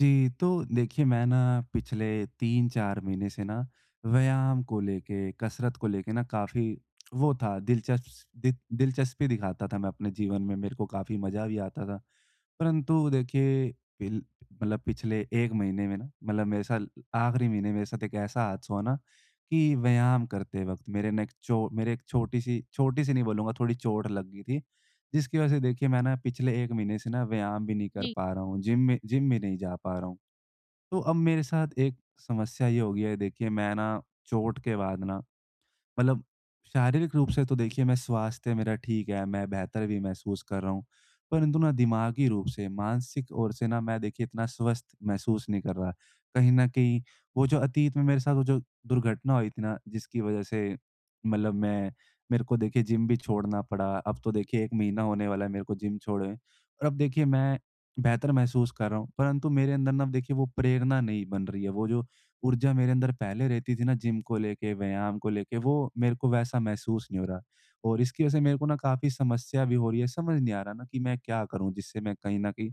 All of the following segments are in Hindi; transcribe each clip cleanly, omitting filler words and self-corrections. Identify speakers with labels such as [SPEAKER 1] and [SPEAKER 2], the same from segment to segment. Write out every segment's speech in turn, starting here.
[SPEAKER 1] जी, तो देखिए मैं ना पिछले 3-4 महीने से ना व्यायाम को लेके, कसरत को लेके ना काफ़ी वो था दिलचस्पी दिखाता था मैं अपने जीवन में, मेरे को काफ़ी मज़ा भी आता था। परंतु देखिए पिल मतलब पिछले 1 महीने में ना मतलब मेरे साथ आखिरी महीने मेरे साथ एक ऐसा हादसा हुआ ना कि व्यायाम करते वक़्त मेरे एक छोटी-सी, छोटी-सी नहीं बोलूँगा, थोड़ी चोट लग गई थी। जिसकी वजह से देखिए मैं ना पिछले 1 महीने से ना व्यायाम भी नहीं कर
[SPEAKER 2] जी,
[SPEAKER 1] पा रहा हूँ, जिम भी नहीं जा पा रहा हूँ। तो अब मेरे साथ एक समस्या ये हो गई है। देखिए मैं ना चोट के बाद ना मतलब शारीरिक रूप से तो देखिए मैं स्वास्थ्य मेरा ठीक है, मैं बेहतर भी महसूस कर रहा हूँ। परंतु ना दिमागी रूप से, मानसिक ओर से ना मैं देखिए इतना स्वस्थ महसूस नहीं कर रहा। कहीं न कहीं वो जो अतीत में मेरे साथ वो जो दुर्घटना हुई थी ना जिसकी वज़ह से मतलब मैं मेरे को देखिए जिम भी छोड़ना पड़ा। अब तो देखिए 1 महीना होने वाला है मेरे को जिम छोड़े हुए और अब देखिए मैं बेहतर महसूस कर रहा हूँ। परंतु मेरे अंदर ना अब देखिए वो प्रेरणा नहीं बन रही है। वो जो ऊर्जा मेरे अंदर पहले रहती थी ना जिम को लेके, व्यायाम को लेके, वो मेरे को वैसा महसूस नहीं हो रहा। और इसकी वजह से मेरे को ना काफ़ी समस्या भी हो रही है, समझ नहीं आ रहा ना कि मैं क्या करूँ जिससे मैं कहीं न कहीं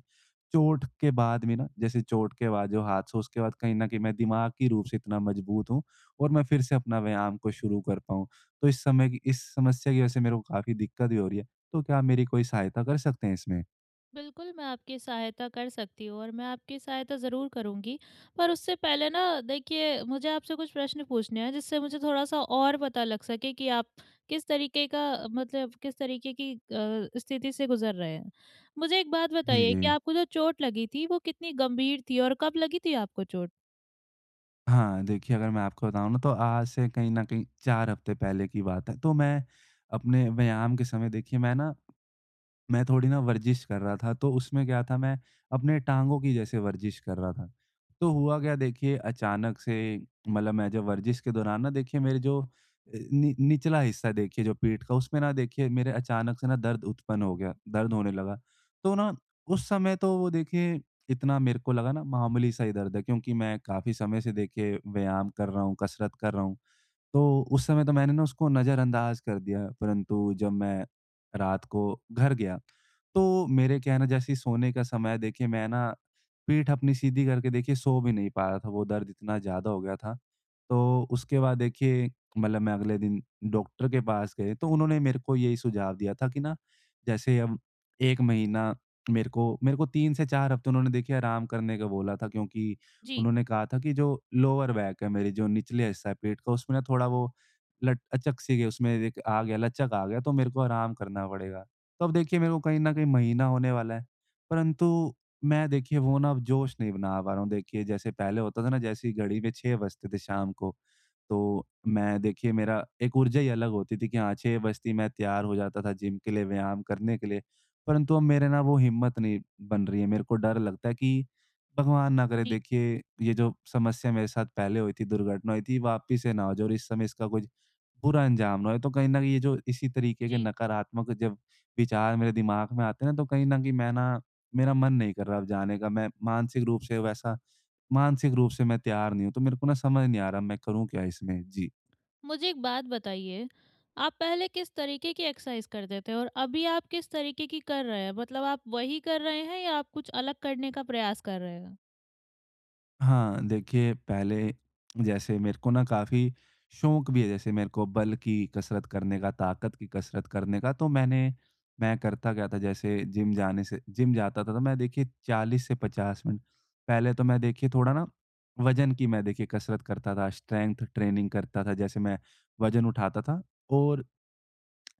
[SPEAKER 1] चोट के बाद जो हादसा उसके बाद कहीं न कहीं मैं दिमागी रूप से इतना मजबूत हूँ और मैं फिर से अपना व्यायाम को शुरू कर पाऊँ। तो इस समय की इस समस्या की वजह से मेरे को काफ़ी दिक्कत भी हो रही है। तो क्या आप मेरी कोई सहायता कर सकते हैं इसमें?
[SPEAKER 2] बिल्कुल मैं आपकी सहायता कर सकती हूँ और मैं आपकी सहायता ज़रूर करूँगी। पर उससे पहले ना देखिए, मुझे आपसे कुछ प्रश्न पूछने हैं जिससे मुझे थोड़ा-सा और पता लग सके कि आप किस तरीके का मतलब किस तरीके की स्थिति से गुज़र रहे हैं। मुझे एक बात
[SPEAKER 1] जी,
[SPEAKER 2] बताइए
[SPEAKER 1] जी।
[SPEAKER 2] कि आपको जो चोट लगी थी वो कितनी गंभीर थी, और कब लगी थी आपको चोट?
[SPEAKER 1] हाँ, देखिए अगर मैं आपको बताऊँ ना तो आज से कहीं न कहीं 4 हफ़्ते पहले की बात है। तो मैं अपने व्यायाम के समय देखिए मैं ना मैं थोड़ी ना वर्जिश कर रहा था, तो उसमें क्या था मैं अपने टाँगों की जैसे वर्जिश कर रहा था। तो हुआ क्या देखिए अचानक से मतलब मैं जब वर्जिश के दौरान ना देखिए मेरे जो अ, नि निचला हिस्सा देखिए जो पीठ का उसमें ना देखिए मेरे अचानक से ना दर्द उत्पन्न हो गया, दर्द होने लगा। तो ना उस समय तो वो देखिए इतना मेरे को लगा ना मामूली सा ही दर्द है क्योंकि मैं काफ़ी समय से देखिए व्यायाम कर रहा हूँ, कसरत कर रहा हूँ। तो उस समय तो मैंने ना उसको नज़रअंदाज कर दिया, परंतु जब मैं रात को घर गया, तो मेरे क्या है ना जैसे ही सोने का समय देखिए मैं ना पीठ अपनी सीधी करके देखिए सो भी नहीं पा रहा था, वो दर्द इतना ज़्यादा हो गया था। तो उसके बाद देखिए मतलब मैं अगले दिन डॉक्टर के पास गए, तो उन्होंने मेरे को यही सुझाव दिया था कि ना जैसे अब 1 महीना मेरे को 3 से 4 हफ़्ते उन्होंने देखिए आराम करने का बोला था क्योंकि
[SPEAKER 2] जी,
[SPEAKER 1] उन्होंने कहा था कि जो लोअर बैक है मेरी जो निचले हिस्सा है पेट का उसमें ना थोड़ा वो लट अचक सी गई उसमें एक आ गया लचक आ गया तो मेरे को आराम करना पड़ेगा। तो अब देखिए मेरे को कहीं ना कहीं महीना होने वाला है, परंतु मैं देखिए वो ना अब जोश नहीं बना पा रहा हूँ। देखिए जैसे पहले होता था ना जैसे ही घड़ी में 6 बजते थे शाम को तो मैं देखिए मेरा एक ऊर्जा ही अलग होती थी कि हाँ 6 बजती मैं तैयार हो जाता था जिम के लिए, व्यायाम करने के लिए। परंतु अब मेरे ना वो हिम्मत नहीं बन रही है। मेरे को डर लगता है कि भगवान ना करे
[SPEAKER 2] जी,
[SPEAKER 1] देखिए ये जो समस्या मेरे साथ पहले हुई थी, दुर्घटना हुई थी, वापस से ना हो जाए और इस समय इसका कुछ बुरा अंजाम ना हो। तो कहीं न कहीं ये जो इसी तरीके के
[SPEAKER 2] जी।
[SPEAKER 1] नकारात्मक जब विचार मेरे दिमाग में आते हैं ना, तो कहीं न कहीं मैं ना मेरा मन नहीं कर रहा अब जाने का। मैं मानसिक रूप से वैसा मानसिक रूप से मैं तैयार नहीं हूँ, तो मेरे को ना समझ नहीं आ रहा मैं करूँ क्या इसमें? जी।
[SPEAKER 2] मुझे एक बात बताइए, आप पहले किस तरीके की एक्सरसाइज करते थे और अभी आप किस तरीके की कर रहे हैं? मतलब आप वही कर रहे हैं, या आप कुछ अलग करने का प्रयास कर रहे हैं?
[SPEAKER 1] हाँ, देखिए पहले जैसे मेरे को ना काफ़ी शौक भी है जैसे मेरे को बल की कसरत करने का, ताकत की कसरत करने का, तो मैं करता क्या था जैसे जिम जाने से जिम जाता था तो मैं देखिए 40 से 50 मिनट पहले तो मैं देखिए थोड़ा ना वज़न की मैं देखिए कसरत करता था, स्ट्रेंथ ट्रेनिंग करता था, जैसे मैं वज़न उठाता था और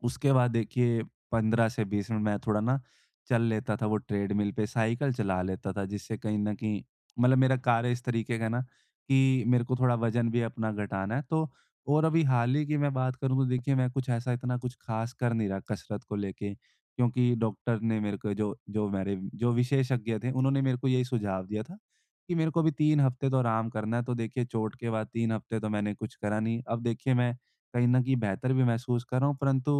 [SPEAKER 1] उसके बाद देखिए 15 से 20 मिनट मैं थोड़ा ना चल लेता था वो ट्रेडमिल पे, साइकिल चला लेता था जिससे कहीं न कहीं मतलब मेरा कार्य इस तरीके का है ना कि मेरे को थोड़ा वज़न भी अपना घटाना है। तो और अभी हाल ही की मैं बात करूँ तो देखिए मैं कुछ ऐसा इतना कुछ ख़ास कर नहीं रहा कसरत को लेके क्योंकि डॉक्टर ने मेरे को जो जो मेरे जो विशेषज्ञ थे उन्होंने मेरे को यही सुझाव दिया था कि मेरे को अभी 3 हफ़्ते तो आराम करना है। तो देखिए चोट के बाद 3 हफ़्ते तो मैंने कुछ करा नहीं। अब देखिए मैं कहीं न कहीं बेहतर भी महसूस कर रहा हूँ, परंतु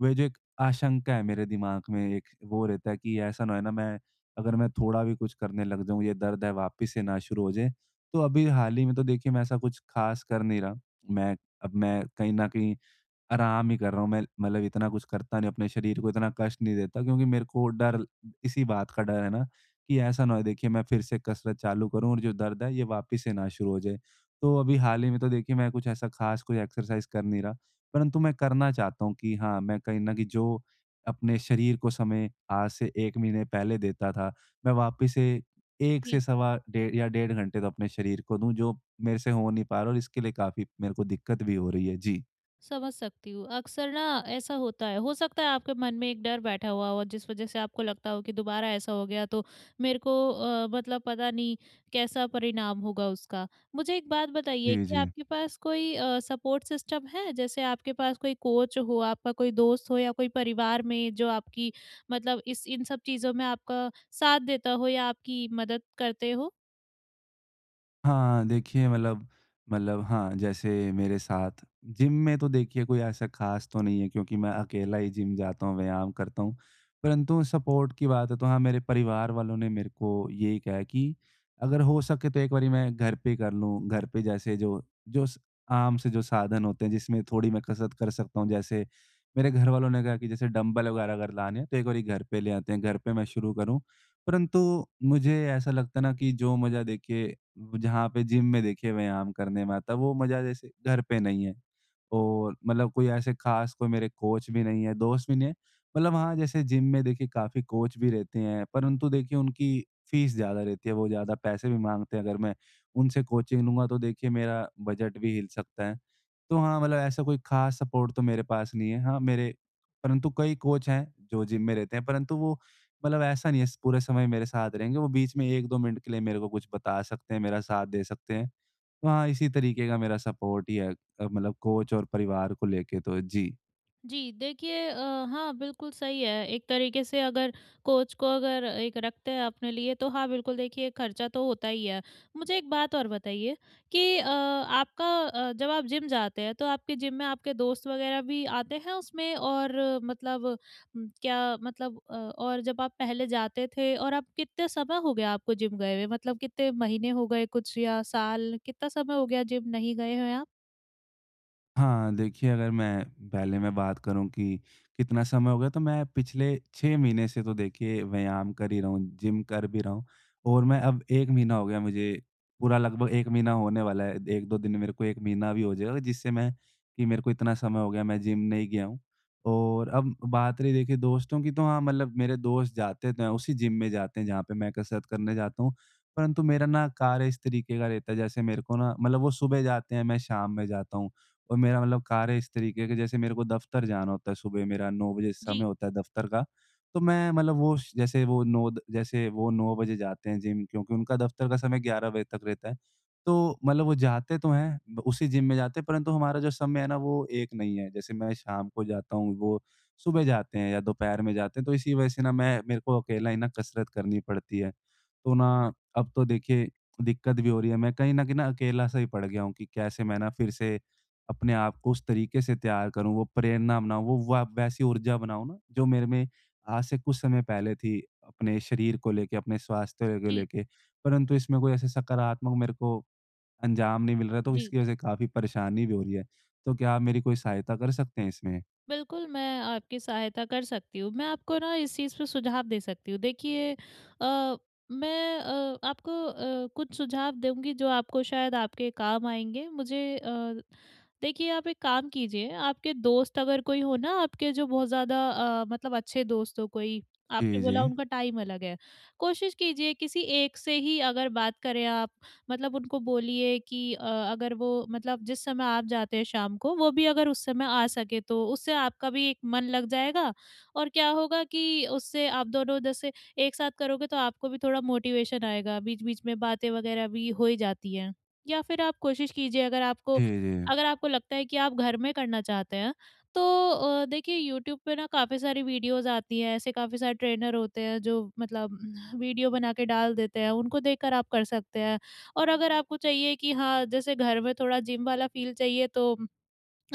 [SPEAKER 1] वह जो एक आशंका है मेरे दिमाग में एक वो रहता है कि ऐसा ना है ना मैं अगर मैं थोड़ा भी कुछ करने लग जाऊं ये दर्द है वापस से ना शुरू हो जाए। तो अभी हाल ही में तो देखिए मैं ऐसा कुछ खास कर नहीं रहा। मैं मैं कहीं ना कहीं आराम ही कर रहा हूँ मैं, मतलब इतना कुछ करता नहीं, अपने शरीर को इतना कष्ट नहीं देता क्योंकि मेरे को डर इसी बात का डर है ना कि ऐसा ना हो देखिए मैं फिर से कसरत चालू करूँ और जो दर्द है ये वापस से ना शुरू हो जाए। तो अभी हाल ही में तो देखिए मैं कुछ ऐसा खास कोई एक्सरसाइज कर नहीं रहा, परंतु मैं करना चाहता हूँ कि हाँ, मैं कहीं न कहीं जो अपने शरीर को समय आज से 1 महीने पहले देता था, मैं वापस से 1 से सवा डेढ़ या डेढ़ घंटे तो अपने शरीर को दूँ जो मेरे से हो नहीं पा रहा, और इसके लिए काफ़ी मेरे को दिक्कत भी हो रही है। जी।
[SPEAKER 2] समझ सकती हूँ। अक्सर ना ऐसा होता है, हो सकता है आपके मन में एक डर बैठा हुआ हो जिस वज़ह से आपको लगता हो कि दोबारा ऐसा हो गया तो मेरे को मतलब पता नहीं कैसा परिणाम होगा उसका। मुझे एक बात बताइए
[SPEAKER 1] जी,
[SPEAKER 2] कि
[SPEAKER 1] जी।
[SPEAKER 2] आपके पास कोई सपोर्ट सिस्टम है? जैसे आपके पास कोई कोच हो, आपका कोई दोस्त हो, या कोई परिवार में जो आपकी, मतलब इस इन सब चीज़ों में आपका साथ देता हो या आपकी मदद करते हो?
[SPEAKER 1] हाँ, देखिए हाँ, जैसे मेरे साथ जिम में तो देखिए कोई ऐसा ख़ास तो नहीं है क्योंकि मैं अकेला ही जिम जाता हूँ, व्यायाम करता हूँ। परंतु सपोर्ट की बात है तो हाँ, मेरे परिवार वालों ने मेरे को यही कहा है कि अगर हो सके तो एक बारी मैं घर पे कर लूँ। घर पे जैसे जो जो स आम से जो साधन होते हैं जिसमें थोड़ी मैं कसरत कर सकता हूँ। जैसे मेरे घर वालों ने कहा कि जैसे डंबल वग़ैरह अगर लाने हैं तो एक बारी घर पे ले आते हैं, घर पे मैं शुरू करूँ। परंतु मुझे ऐसा लगता है ना कि जो मज़ा देखिए वो जहाँ पे जिम में देखिए व्यायाम करने में आता है, वो मज़ा जैसे घर पे नहीं है। और मतलब कोई ऐसे ख़ास कोई मेरे कोच भी नहीं है, दोस्त भी नहीं है। मतलब हाँ, जैसे जिम में देखिए काफ़ी कोच भी रहते हैं, परंतु देखिए उनकी फ़ीस ज़्यादा रहती है, वो ज़्यादा पैसे भी माँगते हैं। अगर मैं उनसे कोचिंग लूँगा तो देखिए मेरा बजट भी हिल सकता है। तो हाँ, मतलब ऐसा कोई ख़ास सपोर्ट तो मेरे पास नहीं है। हाँ, मेरे परंतु कई कोच हैं जो जिम में रहते हैं, परंतु वो मतलब ऐसा नहीं है पूरे समय मेरे साथ रहेंगे, वो बीच में 1-2 मिनट के लिए मेरे को कुछ बता सकते हैं, मेरा साथ दे सकते हैं। तो हाँ, इसी तरीके का मेरा सपोर्ट ही है मतलब कोच और परिवार को लेके तो। जी।
[SPEAKER 2] जी, देखिए, हाँ, बिल्कुल सही है। एक तरीके से अगर कोच को अगर एक रखते हैं अपने लिए, तो हाँ, बिल्कुल देखिए, खर्चा तो होता ही है। मुझे एक बात और बताइए कि जब आप जिम जाते हैं तो आपके जिम में आपके दोस्त वगैरह भी आते हैं उसमें? और मतलब क्या मतलब और जब आप पहले जाते थे, और आप कितने समय हो गया आपको जिम गए हुए? मतलब कितने महीने हो गए कुछ, या साल? कितना समय हो गया जिम नहीं गए हैं आप?
[SPEAKER 1] हाँ, देखिए अगर मैं पहले मैं बात करूँ कि कितना समय हो गया तो मैं पिछले 6 महीने से तो देखिए व्यायाम कर ही रहा हूँ, जिम कर भी रहा हूँ और मैं अब 1 महीना हो गया मुझे पूरा लगभग 1 महीना होने वाला है। 1-2 दिन मेरे को 1 महीना भी हो जाएगा जिससे मैं कि मेरे को इतना समय हो गया मैं जिम नहीं गया हूँ। और अब बात रही देखिए दोस्तों की तो हाँ, मतलब मेरे दोस्त जाते तो हैं उसी जिम में जाते हैं जहाँ पे मैं कसरत करने जाता हूँ। परंतु मेरा ना कार्य इस तरीके का रहता है जैसे मेरे को ना मतलब वो सुबह जाते हैं, मैं शाम में जाता हूँ। और मेरा मतलब कार्य इस तरीके का जैसे मेरे को दफ़्तर जाना होता है, सुबह मेरा 9 बजे समय
[SPEAKER 2] जी,
[SPEAKER 1] होता है दफ़्तर का, तो मैं मतलब वो श जैसे वो 9 द जैसे वो 9 बजे जाते हैं जिम क्योंकि उनका दफ़्तर का समय 11 बजे तक रहता है। तो मतलब वो जाते तो हैं, ब उसी जिम में जाते हैं परंतु हमारा जो समय है ना वो 1 नहीं है। जैसे मैं शाम को जाता हूँ, वो सुबह जाते हैं या दोपहर में जाते हैं, तो इसी वजह से ना मैं मेरे को अकेला ही ना कसरत करनी पड़ती है। तो ना अब तो देखिए दिक्कत भी हो रही है, मैं कहीं न कहीं ना अकेला-सा ही पड़ गया हूँ कि कैसे मैं ना फिर से अपने आप को उस तरीके से तैयार करूँ, वो प्रेरणा बनाऊँ, वो व वैसी ऊर्जा बनाऊँ ना जो मेरे में आज से कुछ समय पहले थी, अपने शरीर को लेके, अपने स्वास्थ्य को
[SPEAKER 2] जी,
[SPEAKER 1] लेके। परंतु इसमें कोई ऐसे सकारात्मक मेरे को अंजाम नहीं मिल रहा है, तो
[SPEAKER 2] जी।
[SPEAKER 1] इसकी वज़ह से काफ़ी परेशानी भी हो रही है। तो क्या आप मेरी कोई सहायता कर सकते हैं इसमें?
[SPEAKER 2] बिल्कुल, मैं आपकी सहायता कर सकती हूँ। मैं आपको ना इस चीज़ पे सुझाव दे सकती हूँ। देखिए मैं आपको कुछ सुझाव दूँगी जो आपको शायद आपके काम आएँगे। देखिए आप एक काम कीजिए, आपके दोस्त अगर कोई हो ना, आपके जो बहुत ज़्यादा मतलब अच्छे दोस्त हो कोई,
[SPEAKER 1] जी,
[SPEAKER 2] आपने बोला
[SPEAKER 1] जी।
[SPEAKER 2] उनका टाइम अलग है। कोशिश कीजिए किसी एक से ही अगर बात करें आप, मतलब उनको बोलिए कि अगर वो, मतलब जिस समय आप जाते हैं शाम को, वो भी अगर उस समय आ सके तो उससे आपका भी एक मन लग जाएगा, और क्या होगा कि उससे आप दोनों जैसे एक साथ करोगे तो आपको भी थोड़ा मोटिवेशन आएगा, बीच बीच में बातें वगैरह भी हो ही जाती हैं। या फिर आप कोशिश कीजिए, अगर
[SPEAKER 1] जी,
[SPEAKER 2] आपको
[SPEAKER 1] जी।
[SPEAKER 2] अगर आपको लगता है कि आप घर में करना चाहते हैं, तो देखिए यूट्यूब पे ना काफ़ी सारी वीडियोस आती हैं, ऐसे काफ़ी सारे ट्रेनर होते हैं जो मतलब वीडियो बना के डाल देते हैं, उनको देखकर आप कर सकते हैं। और अगर आपको चाहिए कि हाँ, जैसे घर में थोड़ा जिम वाला फ़ील चाहिए, तो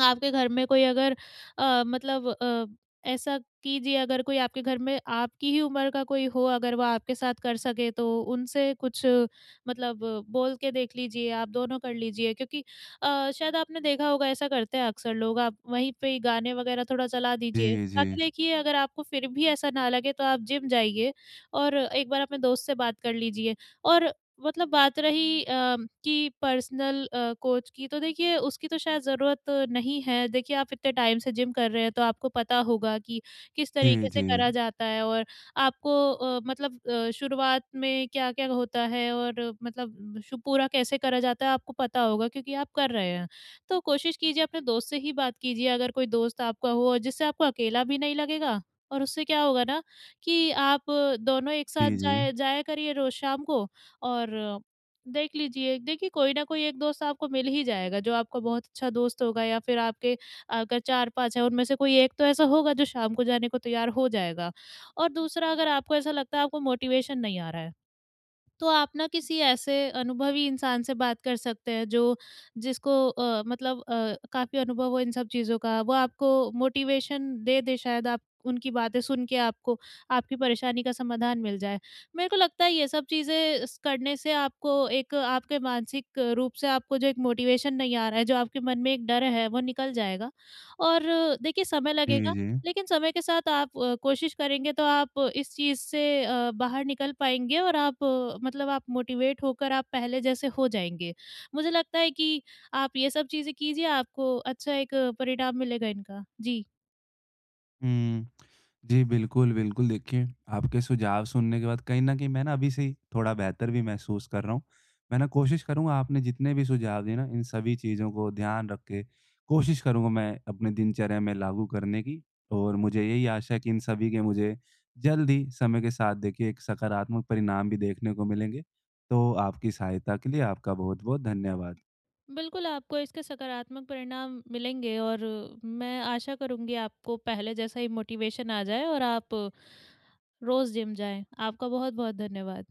[SPEAKER 2] आपके घर में कोई अगर मतलब ऐसा कीजिए, अगर कोई आपके घर में आपकी ही उम्र का कोई हो, अगर वो आपके साथ कर सके तो उनसे कुछ, मतलब बोल के देख लीजिए, आप दोनों कर लीजिए, क्योंकि शायद आपने देखा होगा ऐसा करते हैं अक्सर लोग, आप वहीं पे ही गाने वगैरह थोड़ा चला दीजिए।
[SPEAKER 1] जी, जी।
[SPEAKER 2] बाकी देखिए, अगर आपको फिर भी ऐसा ना लगे तो आप जिम जाइए और एक बार अपने दोस्त से बात कर लीजिए। और मतलब, बात रही कि पर्सनल कोच की, तो देखिए उसकी तो शायद ज़रूरत नहीं है। देखिए आप इतने टाइम से जिम कर रहे हैं तो आपको पता होगा कि किस
[SPEAKER 1] जी,
[SPEAKER 2] तरीके से
[SPEAKER 1] जी।
[SPEAKER 2] करा जाता है, और आपको मतलब शुरुआत में क्या-क्या होता है, और मतलब शु पूरा कैसे करा जाता है आपको पता होगा, क्योंकि आप कर रहे हैं। तो कोशिश कीजिए अपने दोस्त से ही बात कीजिए, अगर कोई दोस्त आपका हो, और जिससे आपको अकेला भी नहीं लगेगा, और उससे क्या होगा ना कि आप दोनों एक साथ
[SPEAKER 1] जी, जी।
[SPEAKER 2] जाया जाया करिए रोज़ शाम को। और देख लीजिए, देखिए कोई ना कोई एक दोस्त आपको मिल ही जाएगा जो आपका बहुत अच्छा दोस्त होगा, या फिर आपके अगर 4-5 हैं उनमें से कोई एक तो ऐसा होगा जो शाम को जाने को तैयार हो जाएगा। और दूसरा, अगर आपको ऐसा लगता है आपको मोटिवेशन नहीं आ रहा है, तो आप ना किसी ऐसे अनुभवी इंसान से बात कर सकते हैं, जो जिसको मतलब काफ़ी अनुभव हो इन सब चीज़ों का। वो आपको मोटिवेशन दे दे, शायद आप उनकी बातें सुन के आपको आपकी परेशानी का समाधान मिल जाए। मेरे को लगता है ये सब चीज़ें स करने से आपको एक, आपके मानसिक रूप से आपको जो एक मोटिवेशन नहीं आ रहा है, जो आपके मन में एक डर है, वो निकल जाएगा। और देखिए समय
[SPEAKER 1] जी,
[SPEAKER 2] लगेगा,
[SPEAKER 1] जी।
[SPEAKER 2] लेकिन समय के साथ आप कोशिश करेंगे तो आप इस चीज़ से बाहर निकल पाएँगे और आप, मतलब आप मोटिवेट होकर आप पहले जैसे हो जाएँगे। मुझे लगता है कि आप ये सब चीज़ें कीजिए, आपको अच्छा एक परिणाम मिलेगा इनका। जी।
[SPEAKER 1] हुँ। जी, बिल्कुल, बिल्कुल। देखिए, आपके सुझाव सुनने के बाद कहीं न कहीं मैं ना अभी से ही थोड़ा बेहतर भी महसूस कर रहा हूँ। मैं ना कोशिश करूँगा आपने जितने भी सुझाव दिए ना, इन सभी चीज़ों को ध्यान रख के कोशिश करूँगा मैं अपने दिनचर्या में लागू करने की, और मुझे यही आशा है कि इन सभी के मुझे जल्द ही समय के साथ देखिए एक सकारात्मक परिणाम भी देखने को मिलेंगे। तो आपकी सहायता के लिए आपका बहुत-बहुत धन्यवाद।
[SPEAKER 2] बिल्कुल, आपको इसके सकारात्मक परिणाम मिलेंगे और मैं आशा करूँगी आपको पहले जैसा ही मोटिवेशन आ जाए और आप रोज़ जिम जाएँ। आपका बहुत-बहुत धन्यवाद।